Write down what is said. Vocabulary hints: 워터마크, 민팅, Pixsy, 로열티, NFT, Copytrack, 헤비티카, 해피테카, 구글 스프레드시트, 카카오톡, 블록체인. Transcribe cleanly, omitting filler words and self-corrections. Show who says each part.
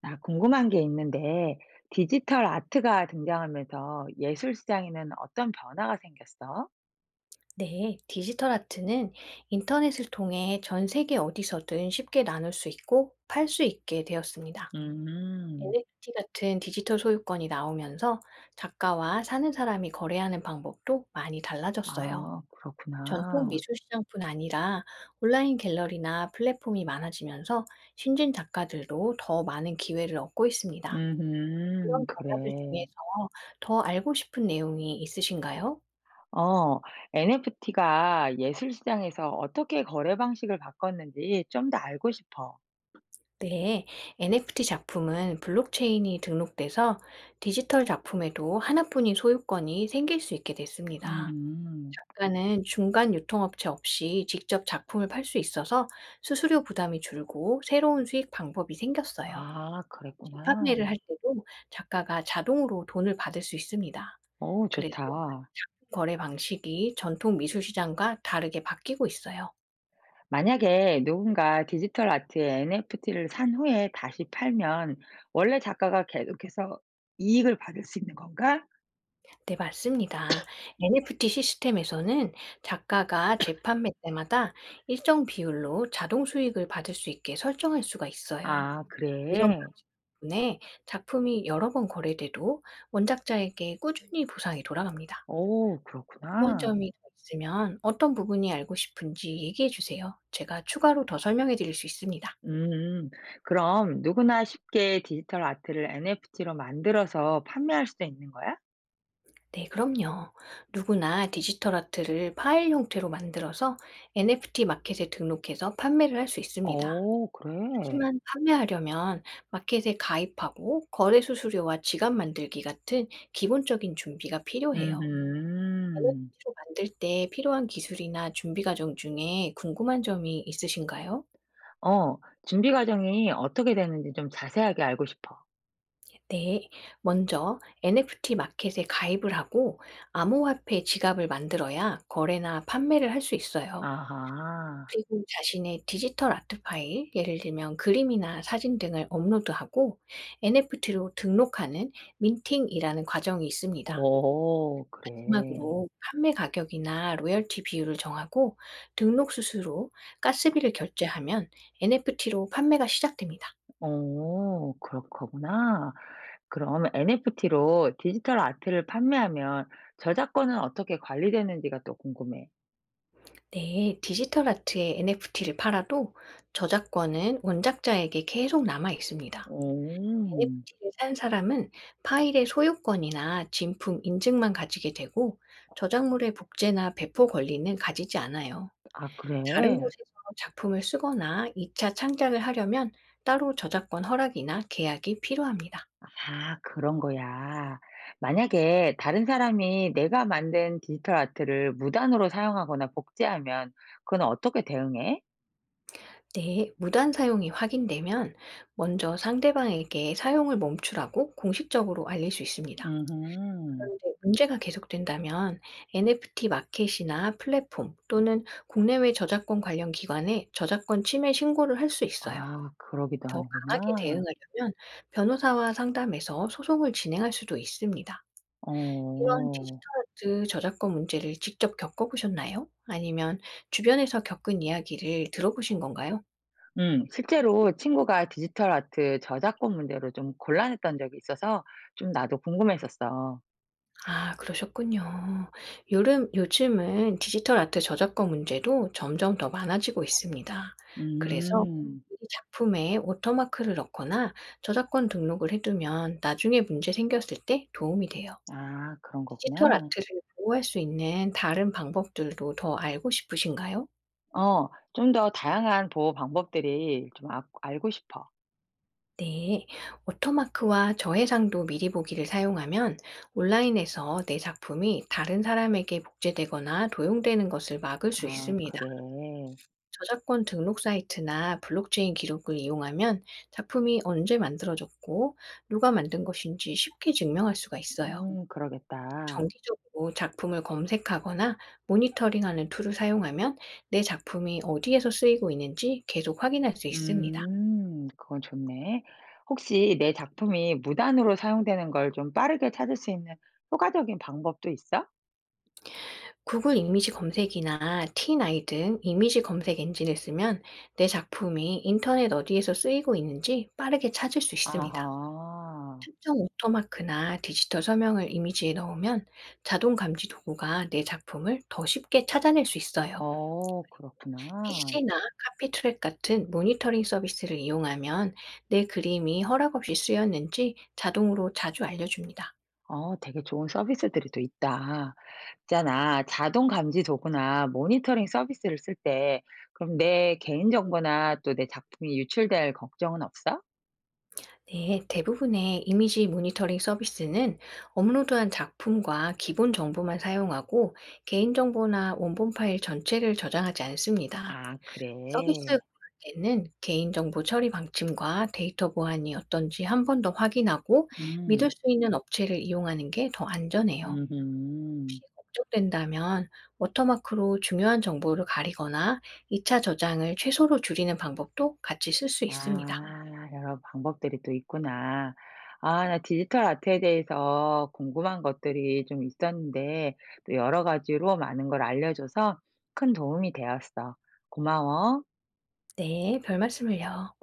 Speaker 1: 나 궁금한 게 있는데, 디지털 아트가 등장하면서 예술 시장에는 어떤 변화가 생겼어?
Speaker 2: 네, 디지털 아트는 인터넷을 통해 전 세계 어디서든 쉽게 나눌 수 있고 팔 수 있게 되었습니다.
Speaker 1: 음,
Speaker 2: NFT 같은 디지털 소유권이 나오면서 작가와 사는 사람이 거래하는 방법도 많이 달라졌어요.
Speaker 1: 아,
Speaker 2: 전통
Speaker 1: 그렇구나.
Speaker 2: 미술 시장뿐 아니라 온라인 갤러리나 플랫폼이 많아지면서 신진 작가들도 더 많은 기회를 얻고 있습니다. 이런 변화들
Speaker 1: 그래.
Speaker 2: 중에서 더 알고 싶은 내용이 있으신가요?
Speaker 1: 어, NFT가 예술 시장에서 어떻게 거래 방식을 바꿨는지 좀 더 알고 싶어.
Speaker 2: 네, NFT 작품은 블록체인이 등록돼서 디지털 작품에도 하나뿐인 소유권이 생길 수 있게 됐습니다.
Speaker 1: 음,
Speaker 2: 작가는 중간 유통업체 없이 직접 작품을 팔 수 있어서 수수료 부담이 줄고 새로운 수익 방법이 생겼어요.
Speaker 1: 아, 그랬구나.
Speaker 2: 판매를 할 때도 작가가 자동으로 돈을 받을 수 있습니다.
Speaker 1: 오,
Speaker 2: 그래서
Speaker 1: 좋다.
Speaker 2: 작품 거래 방식이 전통 미술 시장과 다르게 바뀌고 있어요.
Speaker 1: 만약에 누군가 디지털 아트의 NFT를 산 후에 다시 팔면 원래 작가가 계속해서 이익을 받을 수 있는 건가?
Speaker 2: 네, 맞습니다. NFT 시스템에서는 작가가 재판매 때마다 일정 비율로 자동 수익을 받을 수 있게 설정할 수가 있어요.
Speaker 1: 아,
Speaker 2: 이런
Speaker 1: 그래.
Speaker 2: 방식 덕분에 작품이 여러 번 거래돼도 원작자에게 꾸준히 보상이 돌아갑니다.
Speaker 1: 오,
Speaker 2: 궁금한
Speaker 1: 그렇구나.
Speaker 2: 점이 더 있으면 어떤 부분이 알고 싶은지 얘기해 주세요. 제가 추가로 더 설명해 드릴 수 있습니다.
Speaker 1: 음, 그럼 누구나 쉽게 디지털 아트를 NFT로 만들어서 판매할 수도 있는 거야?
Speaker 2: 네, 그럼요. 누구나 디지털 아트를 파일 형태로 만들어서 NFT 마켓에 등록해서 판매를 할 수 있습니다.
Speaker 1: 오 그래.
Speaker 2: 하지만 판매하려면 마켓에 가입하고 거래 수수료와 지갑 만들기 같은 기본적인 준비가 필요해요.
Speaker 1: 음,
Speaker 2: NFT로 만들 때 필요한 기술이나 준비 과정 중에 궁금한 점이 있으신가요?
Speaker 1: 어, 준비 과정이 어떻게 되는지 좀 자세하게 알고 싶어.
Speaker 2: 네. 먼저 NFT 마켓에 가입을 하고 암호화폐 지갑을 만들어야 거래나 판매를 할 수 있어요.
Speaker 1: 아하,
Speaker 2: 그리고 자신의 디지털 아트 파일, 예를 들면 그림이나 사진 등을 업로드하고 NFT로 등록하는 민팅이라는 과정이 있습니다.
Speaker 1: 오 그래.
Speaker 2: 마지막으로 판매 가격이나 로열티 비율을 정하고 등록 수수료, 가스비를 결제하면 NFT로 판매가 시작됩니다.
Speaker 1: 오, 그렇 거구나. 그럼 NFT로 디지털 아트를 판매하면 저작권은 어떻게 관리되는지가 또 궁금해.
Speaker 2: 네, 디지털 아트의 NFT를 팔아도 저작권은 원작자에게 계속 남아 있습니다.
Speaker 1: 오.
Speaker 2: NFT를 산 사람은 파일의 소유권이나 진품 인증만 가지게 되고 저작물의 복제나 배포 권리는 가지지 않아요.
Speaker 1: 아
Speaker 2: 다른
Speaker 1: 그래?
Speaker 2: 곳에서 작품을 쓰거나 2차 창작을 하려면 따로 저작권 허락이나 계약이 필요합니다.
Speaker 1: 아 그런 거야. 만약에 다른 사람이 내가 만든 디지털 아트를 무단으로 사용하거나 복제하면 그건 어떻게 대응해?
Speaker 2: 네, 무단 사용이 확인되면 먼저 상대방에게 사용을 멈추라고 공식적으로 알릴 수 있습니다.
Speaker 1: 음음.
Speaker 2: 네, 문제가 계속된다면 NFT 마켓이나 플랫폼 또는 국내외 저작권 관련 기관에 저작권 침해 신고를 할 수 있어요.
Speaker 1: 아 그러기도
Speaker 2: 더 강하게
Speaker 1: 하는구나.
Speaker 2: 대응하려면 변호사와 상담해서 소송을 진행할 수도 있습니다. 이런 디지털
Speaker 1: 어.
Speaker 2: 아트 저작권 문제를 직접 겪어보셨나요? 아니면 주변에서 겪은 이야기를 들어보신 건가요?
Speaker 1: 음. 실제로 친구가 디지털 아트 저작권 문제로 좀 곤란했던 적이 있어서 좀 나도 궁금했었어.
Speaker 2: 아, 그러셨군요. 요즘은 디지털 아트 저작권 문제도 점점 더 많아지고 있습니다. 그래서
Speaker 1: 음.
Speaker 2: 이 작품에 워터마크를 넣거나 저작권 등록을 해 두면 나중에 문제 생겼을 때 도움이 돼요.
Speaker 1: 아 그런
Speaker 2: 디지털
Speaker 1: 거구나.
Speaker 2: 아트를 보호할 수 있는 다른 방법들도 더 알고 싶으신가요?
Speaker 1: 어. 좀 더 다양한 보호 방법들이 좀 알고 싶어.
Speaker 2: 네. 워터마크와 저해상도 미리 보기를 사용하면 온라인에서 내 작품이 다른 사람에게 복제되거나 도용되는 것을 막을 수
Speaker 1: 아
Speaker 2: 있습니다.
Speaker 1: 그래.
Speaker 2: 저작권 등록 사이트나 블록체인 기록을 이용하면 작품이 언제 만들어졌고 누가 만든 것인지 쉽게 증명할 수가 있어요.
Speaker 1: 그러겠다.
Speaker 2: 정기적으로 작품을 검색하거나 모니터링하는 툴을 사용하면 내 작품이 어디에서 쓰이고 있는지 계속 확인할 수 있습니다.
Speaker 1: 음. 그건 좋네. 혹시 내 작품이 무단으로 사용되는 걸 좀 빠르게 찾을 수 있는 효과적인 방법도 있어?
Speaker 2: 구글 이미지 검색이나 t 이등 이미지 검색 엔진을 쓰면 내 작품이 인터넷 어디에서 쓰이고 있는지 빠르게 찾을 수 있습니다.
Speaker 1: 아하.
Speaker 2: 특정 오토마크나 디지털 서명을 이미지에 넣으면 자동 감지 도구가 내 작품을 더 쉽게 찾아낼 수 있어요.
Speaker 1: 어 그렇구나.
Speaker 2: 픽시나 카피 트랙 같은 모니터링 서비스를 이용하면 내 그림이 허락 없이 쓰였는지 자동으로 자주 알려줍니다.
Speaker 1: 어, 되게 좋은 서비스들이 또 있다. 있잖아. 자동 감지 도구나 모니터링 서비스를 쓸 때, 그럼 내 개인정보나 또 내 작품이 유출될 걱정은 없어?
Speaker 2: 네, 대부분의 이미지 모니터링 서비스는 업로드한 작품과 기본 정보만 사용하고 개인정보나 원본 파일 전체를 저장하지 않습니다.
Speaker 1: 아, 그래.
Speaker 2: 서비스 고를 때는 개인정보 처리 방침과 데이터 보안이 어떤지 한 번 더 확인하고 믿을
Speaker 1: 음,
Speaker 2: 수 있는 업체를 이용하는 게 더 안전해요.
Speaker 1: 음,
Speaker 2: 걱정된다면 워터마크로 중요한 정보를 가리거나 2차 저장을 최소로 줄이는 방법도 같이 쓸 수 있습니다.
Speaker 1: 아, 여러 방법들이 또 있구나. 아, 나 디지털 아트에 대해서 궁금한 것들이 좀 있었는데, 또 여러 가지로 많은 걸 알려줘서 큰 도움이 되었어. 고마워.
Speaker 2: 네, 별 말씀을요.